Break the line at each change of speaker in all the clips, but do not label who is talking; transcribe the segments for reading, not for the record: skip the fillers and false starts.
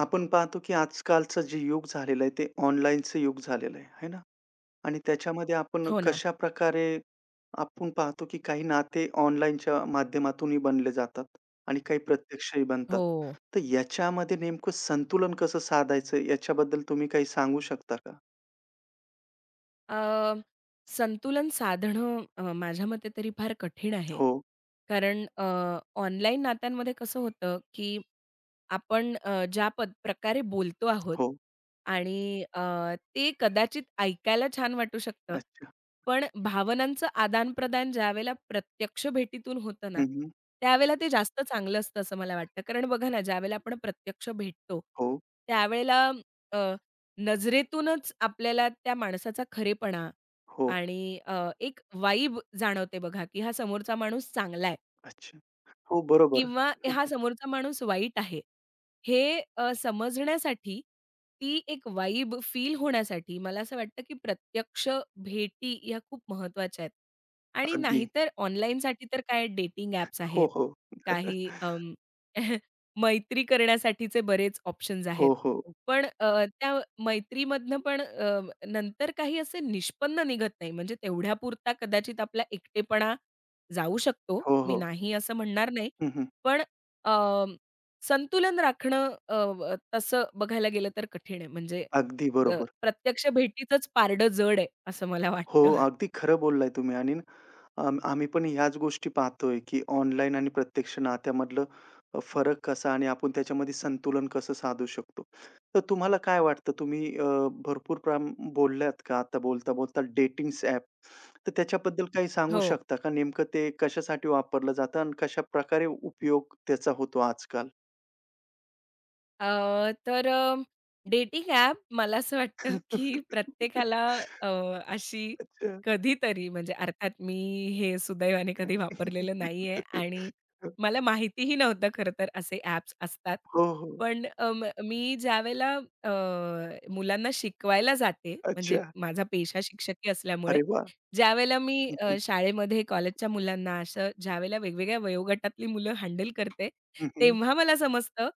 आपण पाहतो की आजकालचं जे युग झालेलं आहे ते ऑनलाईनचं युग झालेलं आहे, है ना? आणि त्याच्यामध्ये आपण
हो ना.
कशाप्रकारे आपण पाहतो की काही नाते ऑनलाईनच्या माध्यमातूनही बनले जातात आणि काही प्रत्यक्षही बनतात.
हो.
तर याच्यामध्ये नेमकं संतुलन कसं साधायचं याच्याबद्दल तुम्ही काही सांगू शकता का?
अ, संतुलन साधणं माझ्या मते तरी फार कठीण आहे.
हो,
कारण ऑनलाईन नात्यांमध्ये कसं होतं, की आपण ज्या प्रकारे बोलतो आहोत
हो.
आणि ते कदाचित ऐकायला छान वाटू शकतं.
अच्छा.
पण भावनांचं आदान-प्रदान ज्यावेळेला प्रत्यक्ष भेटीतून होतं ना,
हं, हं.
त्यावेळेला ते जास्त चांगलं असतं असं मला वाटतं. कारण बघा ना, ज्यावेळेला आपण प्रत्यक्ष भेटतो,
हो,
त्यावेळेला अ, नजरेतूनच आपल्याला त्या माणसाचा खरेपणा
हो.
आणि एक वाइब जाणवते बघा, की हा समोरचा माणूस चांगला आहे.
अच्छा. हो, बरोबर.
किंवा हा समोरचा माणूस वाईट आहे. हे समजण्यासाठी ती एक वाइब फील होण्यासाठी मला असं वाटतं, की प्रत्यक्ष भेटी ह्या खूप महत्त्वाच्या आहेत. आणि
अगदी.
नाहीतर ऑनलाईनसाठी तर काय डेटिंग ॲप्स
हो,
आहेत.
हो.
काही मैत्री करण्यासाठीचे बरेच ऑप्शन्स आहेत.
हो, हो.
पण त्या मैत्रीमधनं पण नंतर काही असे निष्पन्न निघत नाही. म्हणजे तेवढ्यापुरता कदाचित आपला एकटेपणा जाऊ शकतो.
हो,
मी
हो.
नाही असं म्हणणार नाही.
हं, हं.
पण अ, संतुलन राखणं व तसं बघायला गेलं तर कठीण आहे. म्हणजे
अगदी
अ,
बरोबर.
प्रत्यक्ष भेटीचंच पारडं जड आहे असं मला
हो,
वाटतं.
अगदी खरं बोललाय तुम्ही आणि आम्ही पण ह्याच गोष्टी पाहतोय, की ऑनलाईन आणि प्रत्यक्ष नात्यामधलं फरक कसा आणि आपण त्याच्यामध्ये संतुलन कसं साधू शकतो. तर तुम्हाला काय वाटतं तुम्ही भरपूर बोलल्यात का आता बोलता-बोलता डेटिंग्स ॲप. तर त्याच्याबद्दल काही सांगू
हो.
शकता का? नेमकं ते कशासाठी वापरलं जातं आणि कशाप्रकारे उपयोग त्याचा होतो आजकाल?
तर डेटिंग ॲप मला असं वाटतं, की प्रत्येकाला अ, अशी
अच्छा.
कधीतरी म्हणजे अर्थात मी हे सुदैवाने कधी वापरलेलं नाहीये आणि मला माहितीही नव्हतं खरं तर असे ॲप्स असतात.
हो, हो.
पण मी ज्यावेळेला मुलांना शिकवायला जाते, म्हणजे
अच्छा.
माझा पेशा शिक्षकी असल्यामुळे,
अरे वाह!
ज्यावेळेला मी शाळेमध्ये कॉलेजच्या मुलांना असं ज्यावेळेला वेगवेगळ्या वयोगटातली मुलं हँडल करते,
हं, हं.
तेव्हा मला समजतं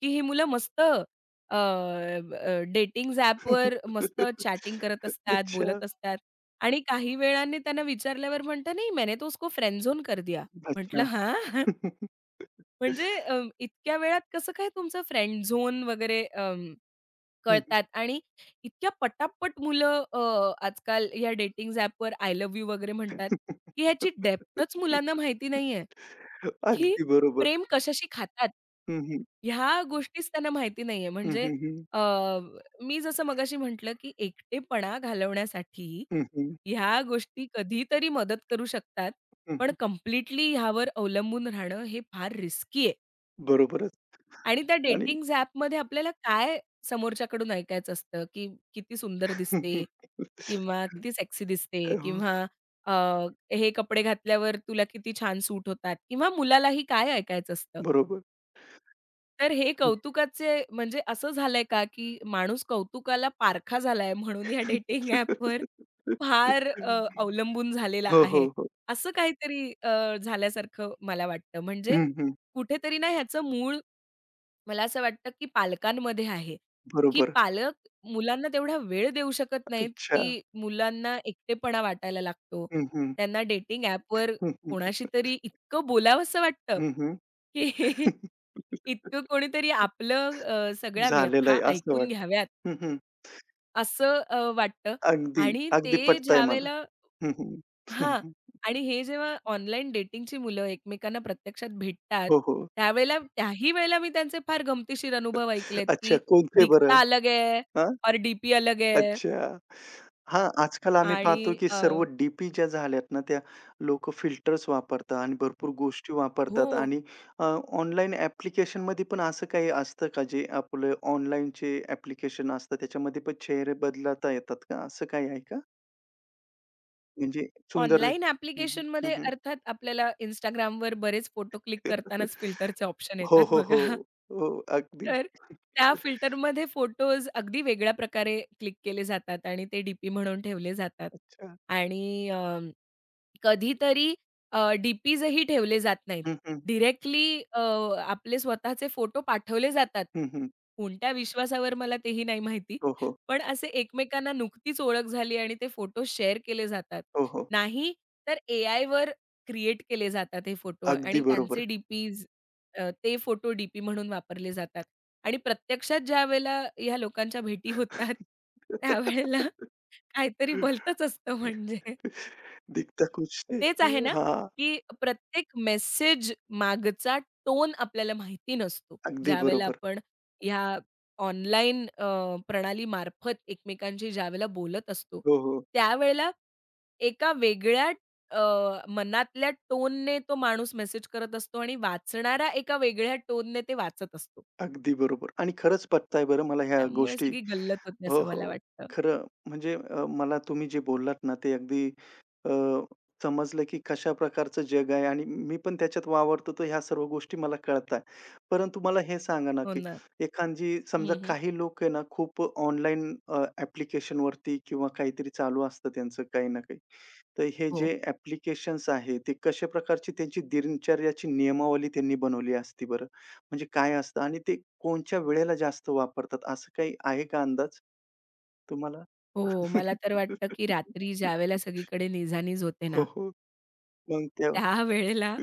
की ही मुलं मस्त डेटिंग्ज ॲपवर मस्त चॅटिंग करत असतात,
अच्छा,
बोलत असतात आणि काही वेळाने त्यांना विचारल्यावर म्हणतं, "नहीं, मैंने तो उसको फ्रेंड झोन कर दिया." म्हटलं,
अच्छा.
"हां?" म्हणजे इतक्या वेळात कसं काय तुमचं फ्रेंड झोन वगैरे
हं, हं.
कळतात आणि इतक्या पटापट मुलं आजकाल या डेटिंग्ज ॲपवर आय लव्ह यू वगैरे म्हणतात, की ह्याची डेप्थच मुलांना माहिती नाहीये. की
अगदी बरोबर.
प्रेम कशाशी खातात?
हं, हं.
ह्या गोष्टीच त्यांना माहिती नाहीये.
हं,
म्हणजे
हं, हं.
अ, मी जसं मगाशी म्हटलं, की एकटेपणा घालवण्यासाठी
हं, हं.
ह्या गोष्टी कधीतरी मदत करू शकतात.
हं,
पण
हं.
कंप्लीटली ह्यावर अवलंबून राहणं हे फार रिस्की आहे.
बरोबरच
आणि त्या
आणि
डेटिंग्ज ॲपमध्ये आपल्याला काय समोरच्याकडून ऐकायचं असतं, की किती सुंदर दिसते किंवा किती सेक्सी दिसते किंवा
हो,
अ, हे कपडे घातल्यावर तुला किती छान सूट होतात किंवा मुलालाही काय ऐकायचं असतं.
बरोबर.
तर हे कौतुकाचे म्हणजे असं झालंय का, की माणूस कौतुकाला पारखा झालाय म्हणून या डेटिंग ॲपवर फार अवलंबून झालेला
हो, हो,
आहे.
हो.
असं काहीतरी झाल्यासारखं मला वाटतं. म्हणजे
हं, हं.
कुठेतरी ना ह्याचं मूळ मला असं वाटतं, की पालकांमध्ये आहे, की
बरोबर.
पालक मुलांना तेवढा वेळ देऊ शकत नाहीत,
अच्छा.
की मुलांना एकटेपणा वाटायला लागतो.
हं, हं.
त्यांना डेटिंग ॲपवर
हं, हं.
कोणाशी तरी इतकं बोलावसं वाटतं,
हं, हं.
की इतकं कोणीतरी आपलं सगळ्या
झालेलं
व्यथा
आहे असं
ऐकून
वाटतं.
घ्याव्यात
हं, हं.
असं वाटतं
अगदी,
आणि
अगदी
ते
पटतंय मला.
ज्यावेळेला
हं, हं.
हां. आणि हे जेव्हा ऑनलाईन डेटिंगची मुलं एकमेकांना प्रत्यक्षात भेटतात,
हो, हो.
त्यावेळेला त्याही वेळेला मी त्यांचे फार गमतीशीर अनुभव ऐकलेत,
अच्छा
की
कोणते बरं?
दिखता अलग है
हां,
और डीपी अलग है
अच्छा. हां, आजकाल आम्ही
आणि
पाहतो की सर्व डी-पी ज्या झाल्यात ना, त्या लोकं फिल्टर्स वापरतात आणि भरपूर गोष्टी
हो.
वापरतात आणि अ, ऑनलाईन ॲप्लिकेशनमध्ये पण असं काही असतं का, जे आपलं ऑनलाईनचे ॲप्लिकेशन असतात, त्याच्यामध्ये पण चेहरे बदलता येतात का? असं काही आहे का? म्हणजे सुंदर दि-
ऑनलाईन
हं, हं, हं,
ॲप्लिकेशनमध्ये
हं.
अर्थात आपल्याला Instagramवर बरेच फोटो क्लिक करतानाच
हो,
फिल्टरचे ऑप्शन येतात
हो, हो.
बघा.
हो, अगदी.
तर त्या फिल्टरमध्ये फोटोज अगदी वेगळ्या प्रकारे क्लिक केले जातात आणि ते डी म्हणून ठेवले जातात
अच्छा.
आणि कधीतरी डी-पीजही ठेवले जात नाहीत.
हं, हं.
डायरेक्टली आपले स्वतःचे फोटो पाठवले जातात.
हं, हं.
कोणत्या विश्वासावर मला तेही नाही माहिती.
हो, हो.
पण असे एकमेकांना नुकतीच ओळख झाली आणि ते फोटो शेअर केले जातात.
हो, हो.
नाही तर एआयवर क्रिएट केले जातात हे फोटो
अगदी
आणि
बरोबर.
त्यांचे डी ते फोटो डी म्हणून वापरले जातात. आणि प्रत्यक्षात ज्यावेळेला ह्या लोकांच्या भेटी होतात, त्यावेळेला काहीतरी भलतंच असतं म्हणजे.
दिखता कुछ है
तेच आहे ना,
हां,
की प्रत्येक मेसेज मागचा टोन आपल्याला माहिती नसतो.
अगदी
ज्यावेळेला
बरोबर.
आपण ह्या ऑनलाईन प्रणालीमार्फत एकमेकांशी ज्यावेळेला बोलत असतो,
हो, हो.
त्यावेळेला एका वेगळ्या अ, मनातल्या टोनने तो माणूस मेसेज करत असतो आणि वाचणारा एका वेगळ्या टोनने ते वाचत असतो.
अगदी बरोबर आणि खरंच पटतंय बरं मला ह्या
त्यामुळे
गोष्टी.
सगळी गल्लत होते
हो,
असं मला
हो.
वाटतं.
खरं म्हणजे मला तुम्ही जे बोललात ना, ते अगदी अ, समजलं की कशा प्रकारचं जग आहे आणि मी पण त्याच्यात वावरतो, तर ह्या सर्व गोष्टी मला कळतात. परंतु मला हे सांगा ना,
हो
की
ना.
एखादी समजा
हं, हं.
काही लोक आहे ना, खूप ऑनलाईन ॲप्लिकेशनवरती किंवा काहीतरी चालू असतं त्यांचं काही ना काही. तर हे जे
हो,
ॲप्लिकेशन्स आहे, ते कशा प्रकारची त्यांची दिनचर्याची नियमावली त्यांनी बनवली असती बरं? म्हणजे काय असतं आणि ते कोणच्या वेळेला जास्त वापरतात, असं काही आहे का अंदाज तुम्हाला?
हो. मला तर वाटतं, की रात्री ज्यावेळेला सगळीकडे निझानीज होते
हो,
ना
हो. मग तेव्हा
त्यावेळेला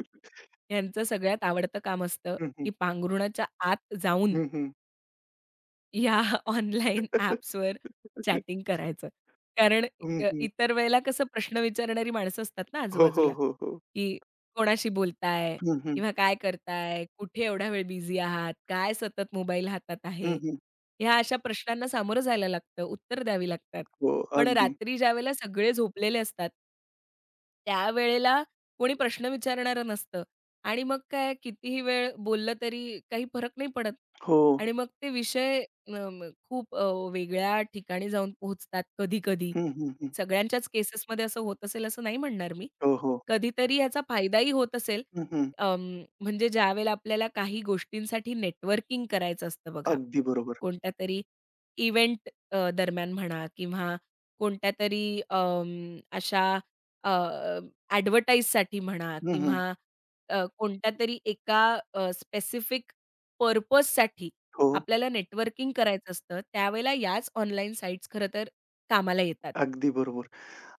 यांचं सगळ्यात आवडतं काम असतं,
हं, हं.
की पांघरुणाच्या आत जाऊन
हं, हं.
या ऑनलाईन
हं, हं.
ॲप्सवर चॅटिंग करायचं. कारण इतर वेळेला कसं प्रश्न विचारणारी माणसं असतात ना
हो, हो,
आजूबाजूला,
हो, हो.
की कोणाशी बोलताय?
हं, हं.
किंवा काय करताय? कुठे एवढा वेळ बिझी आहात? काय सतत मोबाईल हातात
हं,
आहे?
हं.
ह्या अशा प्रश्नांना सामोरं जायला लागतं, उत्तर द्यावी लागतात.
हो,
पण
अगदी.
रात्री ज्यावेळेला सगळे झोपलेले असतात त्यावेळेला कोणी प्रश्न विचारणारं नसतं आणि मग काय कितीही वेळ बोललं तरी काही फरक नाही पडत
हो.
आणि मग ते विषय अ, म खूप अ, वेगळ्या ठिकाणी जाऊन पोहोचतात कधी-कधी.
हं, हं, हं.
सगळ्यांच्याच केसेसमध्ये असं होत असेल असं नाही म्हणणार मी.
हो, हो.
कधीतरी याचा फायदाही होत असेल.
हं, हं.
अं, म्हणजे ज्यावेळेला आपल्याला काही गोष्टींसाठी नेटवर्किंग करायचं असतं बघा.
अगदी बरोबर.
कोणत्या तरी इव्हेंट दरम्यान म्हणा किंवा कोणत्यातरी अशा अ, म्हणा
हं, हं.
किंवा कोणत्यातरी एका स्पेसिफिक पर्पजसाठी
हो,
आपल्याला नेटवर्किंग करायचं असतं, त्यावेळेला याच ऑनलाईन साइट्स खरं तर कामाला येतात.
अगदी बरोबर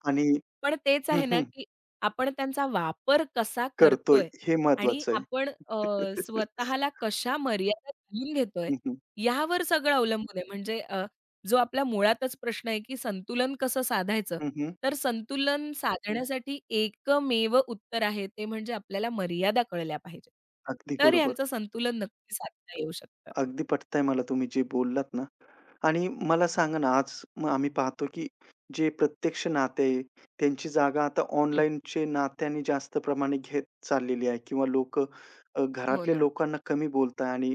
आणि
पण तेच
हं,
आहे ना,
हं.
की आपण त्यांचा वापर कसा
करतोय
करतोय
हे
आणि
महत्वाचं
आपण
आहे.
स्वतःला कशा मर्यादा घालून घेतोय,
हं, हं.
यावर सगळं अवलंबून आहे. म्हणजे जो आपला मुळातच प्रश्न आहे, की संतुलन कसं साधायचं?
हं, हं.
तर संतुलन साधण्यासाठी एकमेव उत्तर आहे, ते म्हणजे आपल्याला मर्यादा कळल्या पाहिजेत.
अगदी
तर
बरोबर.
यांचं संतुलन नक्की साधता येऊ शकतं.
अगदी पटतंय मला तुम्ही जे बोललात ना आणि मला सांगा ना, आज मग आम्ही पाहतो की जे प्रत्यक्ष नाते आहे, त्यांची जागा आता
हं.
ऑनलाईनचे नात्याने जास्त प्रमाणे घेत चाललेली आहे किंवा लोकं
हो
घरातल्या
ना.
लोकांना कमी बोलताय आणि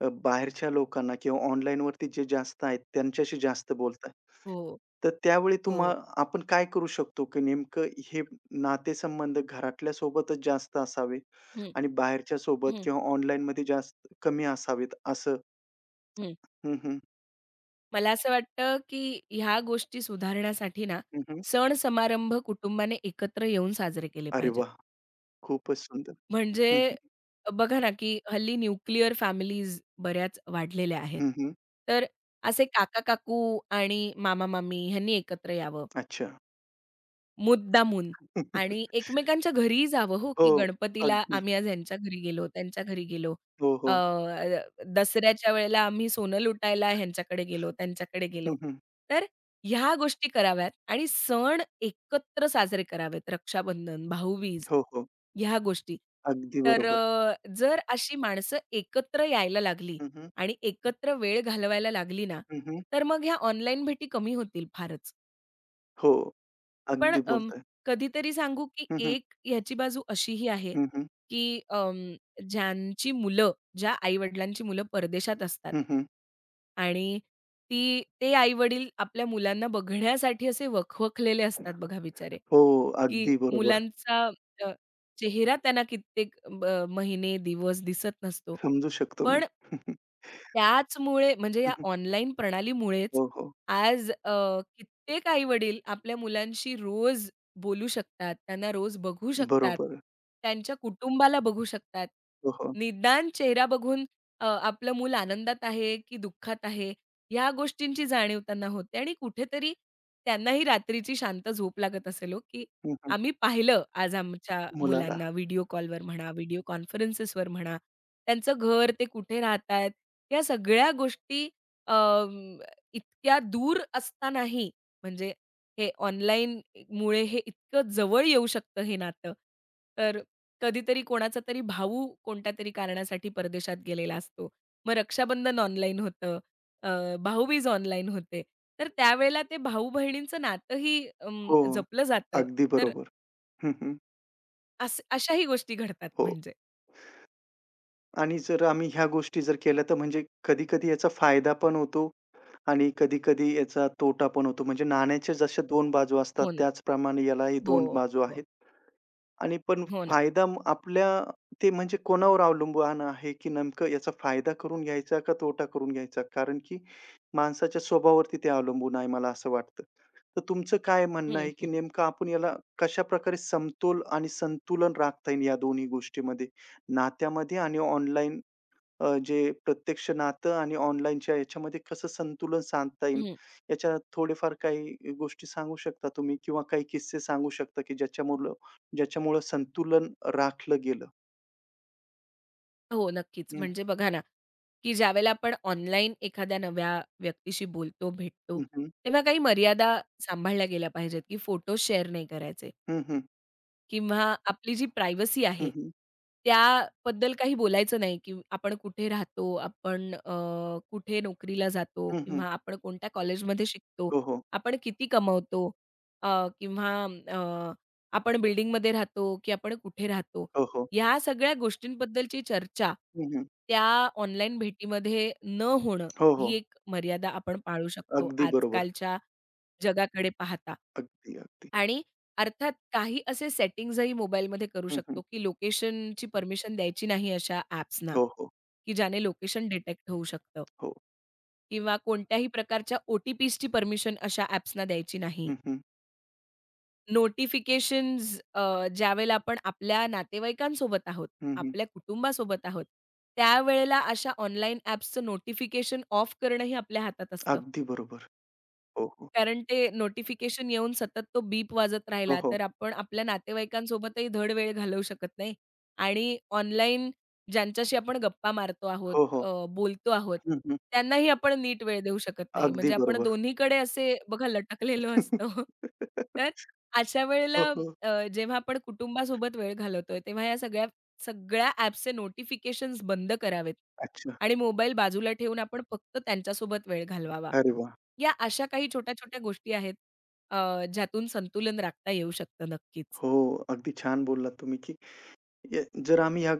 बाहेरच्या लोकांना किंवा ऑनलाईनवरती जे जास्त आहेत, त्यांच्याशी जास्त बोलताय.
हो.
तर त्यावेळी तुम्हा
हो.
आपण काय करू शकतो, की नेमकं हे नातेसंबंध घरातल्या सोबतच जास्त असावे
हं,
आणि बाहेरच्या सोबत
हं,
किंवा ऑनलाईनमध्ये जास्त कमी असावेत, असं
हं.
हं, हं.
मला असं वाटतं, की ह्या गोष्टी सुधारण्यासाठी ना,
हं, हं.
सण समारंभ कुटुंबाने एकत्र येऊन साजरे केले
अरे
पाहिजेत.
वाह! खूपच सुंदर. हं,
म्हणजे
हं.
बघा ना, की हल्ली न्यूक्लिअर फॅमिलीज बऱ्याच वाढलेल्या आहेत.
हं, हं.
तर असे काका-काकू आणि मामा-मामी ह्यांनी एकत्र यावं.
अच्छा.
मुद्दामून आणि एकमेकांच्या घरीही जावं हो,
हो,
की गणपतीला
अगदी.
आम्ही आज ह्यांच्या घरी गेलो, त्यांच्या घरी गेलो.
हो,
अ,
हो.
दसऱ्याच्या वेळेला आम्ही सोनं लुटायला ह्यांच्याकडे गेलो, त्यांच्याकडे
हं,
गेलो.
हं.
तर ह्या गोष्टी कराव्यात आणि सण एकत्र साजरे करावेत. रक्षाबंधन, भाऊबीज
हो, हो.
ह्या गोष्टी.
अगदी
तर
बरोबर.
जर अशी माणसं एकत्र यायला लागली
हं, हं.
आणि एकत्र वेळ घालवायला लागली ना,
हं, हं.
तर मग ह्या ऑनलाईन भेटी कमी होतील फारच.
हो,
पण
अगदी बोलताय.
कधीतरी सांगू, की
हं, हं.
एक ह्याची बाजू अशीही आहे,
हं, हं.
की ज्यांची मुलं, ज्या आई-वडिलांची मुलं परदेशात असतात
हं, हं.
आणि ती ते आई-वडील आपल्या मुलांना बघण्यासाठी असे वखवखलेले असतात बघा बिचारे,
हो,
की
अगदी बरोबर.
मुलांचा अ, चेहरा त्यांना कित्येक ब महिने, दिवस दिसत नसतो.
समजू शकतो मी.
पण
हं, हं.
त्याचमुळे म्हणजे
हं,
या
हं.
ऑनलाईन प्रणालीमुळेच
हो, हो.
आज कित्येक आई-वडील आपल्या मुलांशी रोज बोलू शकतात, त्यांना रोज बघू शकतात,
बरोबर.
त्यांच्या कुटुंबाला बघू शकतात.
हो, हो.
निदान चेहरा बघून आपलं मूल आनंदात आहे की दुःखात आहे, ह्या गोष्टींची जाणीव त्यांना होते आणि कुठेतरी त्यांनाही रात्रीची शांत झोप लागत असेल हो, की
हं, हं.
आम्ही पाहिलं आज आमच्या
मुलाला.
मुलांना व्हिडिओ कॉलवर म्हणा, व्हिडिओ कॉन्फरन्सेसवर म्हणा, त्यांचं घर, ते कुठे राहतायत, या सगळ्या गोष्टी इतक्या दूर असतानाही म्हणजे हे ऑनलाईन मुळे हे इतकं जवळ येऊ शकतं हे नातं. तर कधीतरी कोणाचा तरी भाऊ कोणत्यातरी कारणासाठी परदेशात गेलेला असतो. मग रक्षाबंधन ऑनलाईन होतं, अ, भाऊबीज ऑनलाईन होते. तर त्यावेळेला ते भाऊ-बहिणींचं नातंही
हो,
जपलं जातं.
अगदी
तर
बरोबर. हं, हं.
असं अशाही गोष्टी घडतात
हो.
म्हणजे.
आणि जर आम्ही ह्या गोष्टी जर केल्या तर म्हणजे कधी-कधी याचा फायदा पण होतो आणि कधी-कधी याचा तोटा पण होतो. म्हणजे नाण्याच्या जशा 2 बाजू असतात
हो ना.
त्याचप्रमाणे यालाही
हो,
2 बाजू
हो.
आहेत. आणि पण
हो ना.
फायदा आपल्या ते म्हणजे कोणावर अवलंबून आहे, की नेमकं याचा फायदा करून घ्यायचा का तोटा करून घ्यायचा? कारण की माणसाच्या स्वभावावरती ते अवलंबून आहे मला असं वाटतं. तर तुमचं काय म्हणणं
हं,
आहे, की
हं.
नेमकं आपण याला कशाप्रकारे समतोल आणि संतुलन राखता येईल या दोन्ही गोष्टीमध्ये? नात्यामध्ये आणि ऑनलाईन जे प्रत्यक्ष नातं आणि ऑनलाईनच्या याच्यामध्ये कसं संतुलन साधता येईल,
हं.
याच्या थोडेफार काही गोष्टी सांगू शकता तुम्ही किंवा काही किस्से सांगू शकता, की ज्याच्यामुळं ज्याच्यामुळं संतुलन राखलं गेलं?
हो, नक्कीच.
हं,
म्हणजे बघा ना, की ज्यावेळेला आपण ऑनलाईन एखाद्या नव्या व्यक्तीशी बोलतो, भेटतो,
हं, हं.
तेव्हा काही मर्यादा सांभाळल्या गेल्या पाहिजेत, की फोटो शेअर नाही करायचे.
हं, हं.
किंवा आपली जी प्रायव्हसी
हं,
आहे,
हं.
त्याबद्दल काही बोलायचं नाही, की आपण कुठे राहतो, आपण कुठे नोकरीला जातो
हं, हं.
किंवा आपण कोणत्या कॉलेजमध्ये शिकतो,
हो, हो.
आपण किती कमवतो अ, किंवा अ, आपण बिल्डिंगमध्ये राहतो, की आपण कुठे राहतो.
हो, हो.
ह्या सगळ्या गोष्टींबद्दलची चर्चा
हं, हं.
त्या ऑनलाईन भेटीमध्ये न होणं,
हो,
ही
हो.
एक मर्यादा आपण पाळू शकतो
अगदी बरोबर.
आजकालच्या जगाकडे पाहता.
अगदी, अगदी.
आणि अर्थात काही असे सेटिंग्जही मोबाईलमध्ये करू
हं, हं.
शकतो, की लोकेशनची परमिशन द्यायची नाही अशा ॲप्सना,
हो, हो.
की ज्याने लोकेशन डिटेक्ट होऊ शकतं
हो.
किंवा कोणत्याही प्रकारच्या ओ-टी-पीसची परमिशन अशा ॲप्सना द्यायची नाही.
हं, हं.
नोटिफिकेशन्स ज्यावेळेला आपण आपल्या नातेवाईकांसोबत आहोत,
हं, हं.
आपल्या कुटुंबासोबत आहोत, त्यावेळेला अशा ऑनलाईन ॲप्सचं नोटिफिकेशन ऑफ करणंही आपल्या हातात असतं.
अगदी बरोबर. हो, हो.
कारण ते नोटिफिकेशन येऊन सतत तो बीप वाजत
हो,
राहिला,
हो.
तर आपण आपल्या नातेवाईकांसोबतही धड वेळ घालवू शकत नाही आणि ऑनलाईन ज्यांच्याशी आपण गप्पा मारतो आहोत,
हो, हो.
बोलतो आहोत,
हं, हं.
त्यांनाही आपण नीट वेळ देऊ शकत नाही.
अगदी
म्हणजे आपण
बरोबर.
दोन्हीकडे असे बघा लटकलेलो असतो. तर अशा वेळेला
हो, हो.
जेव्हा आपण कुटुंबासोबत वेळ घालवतोय, तेव्हा या सगळ्या सगळ्या ॲप्सचे नोटिफिकेशन्स बंद करावेत
अच्छा.
आणि मोबाईल बाजूला ठेवून आपण फक्त त्यांच्यासोबत वेळ घालवावा.
अरे वाह!
या अशा काही छोट्या-छोट्या गोष्टी आहेत, अ, ज्यातून संतुलन राखता येऊ शकतं नक्कीच.
हो, अगदी छान बोललात तुम्ही, की जर आम्ही ह्या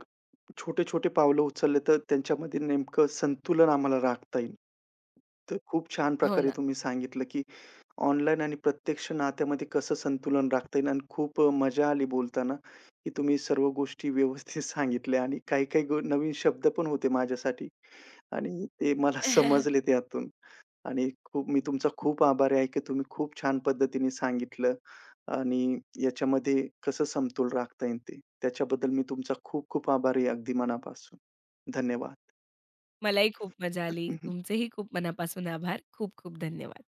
छोटे-छोटे पावलं उचलले, तर त्यांच्यामध्ये नेमकं संतुलन आम्हाला राखता येईल. तर खूप छान
हो
प्रकारे
ना.
तुम्ही सांगितलं, की ऑनलाईन आणि प्रत्यक्ष नात्यामध्ये कसं संतुलन राखता येईल आणि खूप मजा आली बोलताना, की तुम्ही सर्व गोष्टी व्यवस्थित सांगितल्या आणि काही-काही नवीन शब्द पण होते माझ्यासाठी आणि ते मला समजले त्यातून. आणि खूप मी तुमचा खूप आभारी आहे की तुम्ही खूप छान पद्धतीने सांगितलं आणि याच्यामध्ये कसं समतोल राखता येईल ते. त्याच्याबद्दल मी तुमचा खूप खूप आभारी आहे अगदी मनापासून. धन्यवाद.
मलाही खूप मजा आली. तुमचेही खूप मनापासून आभार. खूप खूप धन्यवाद.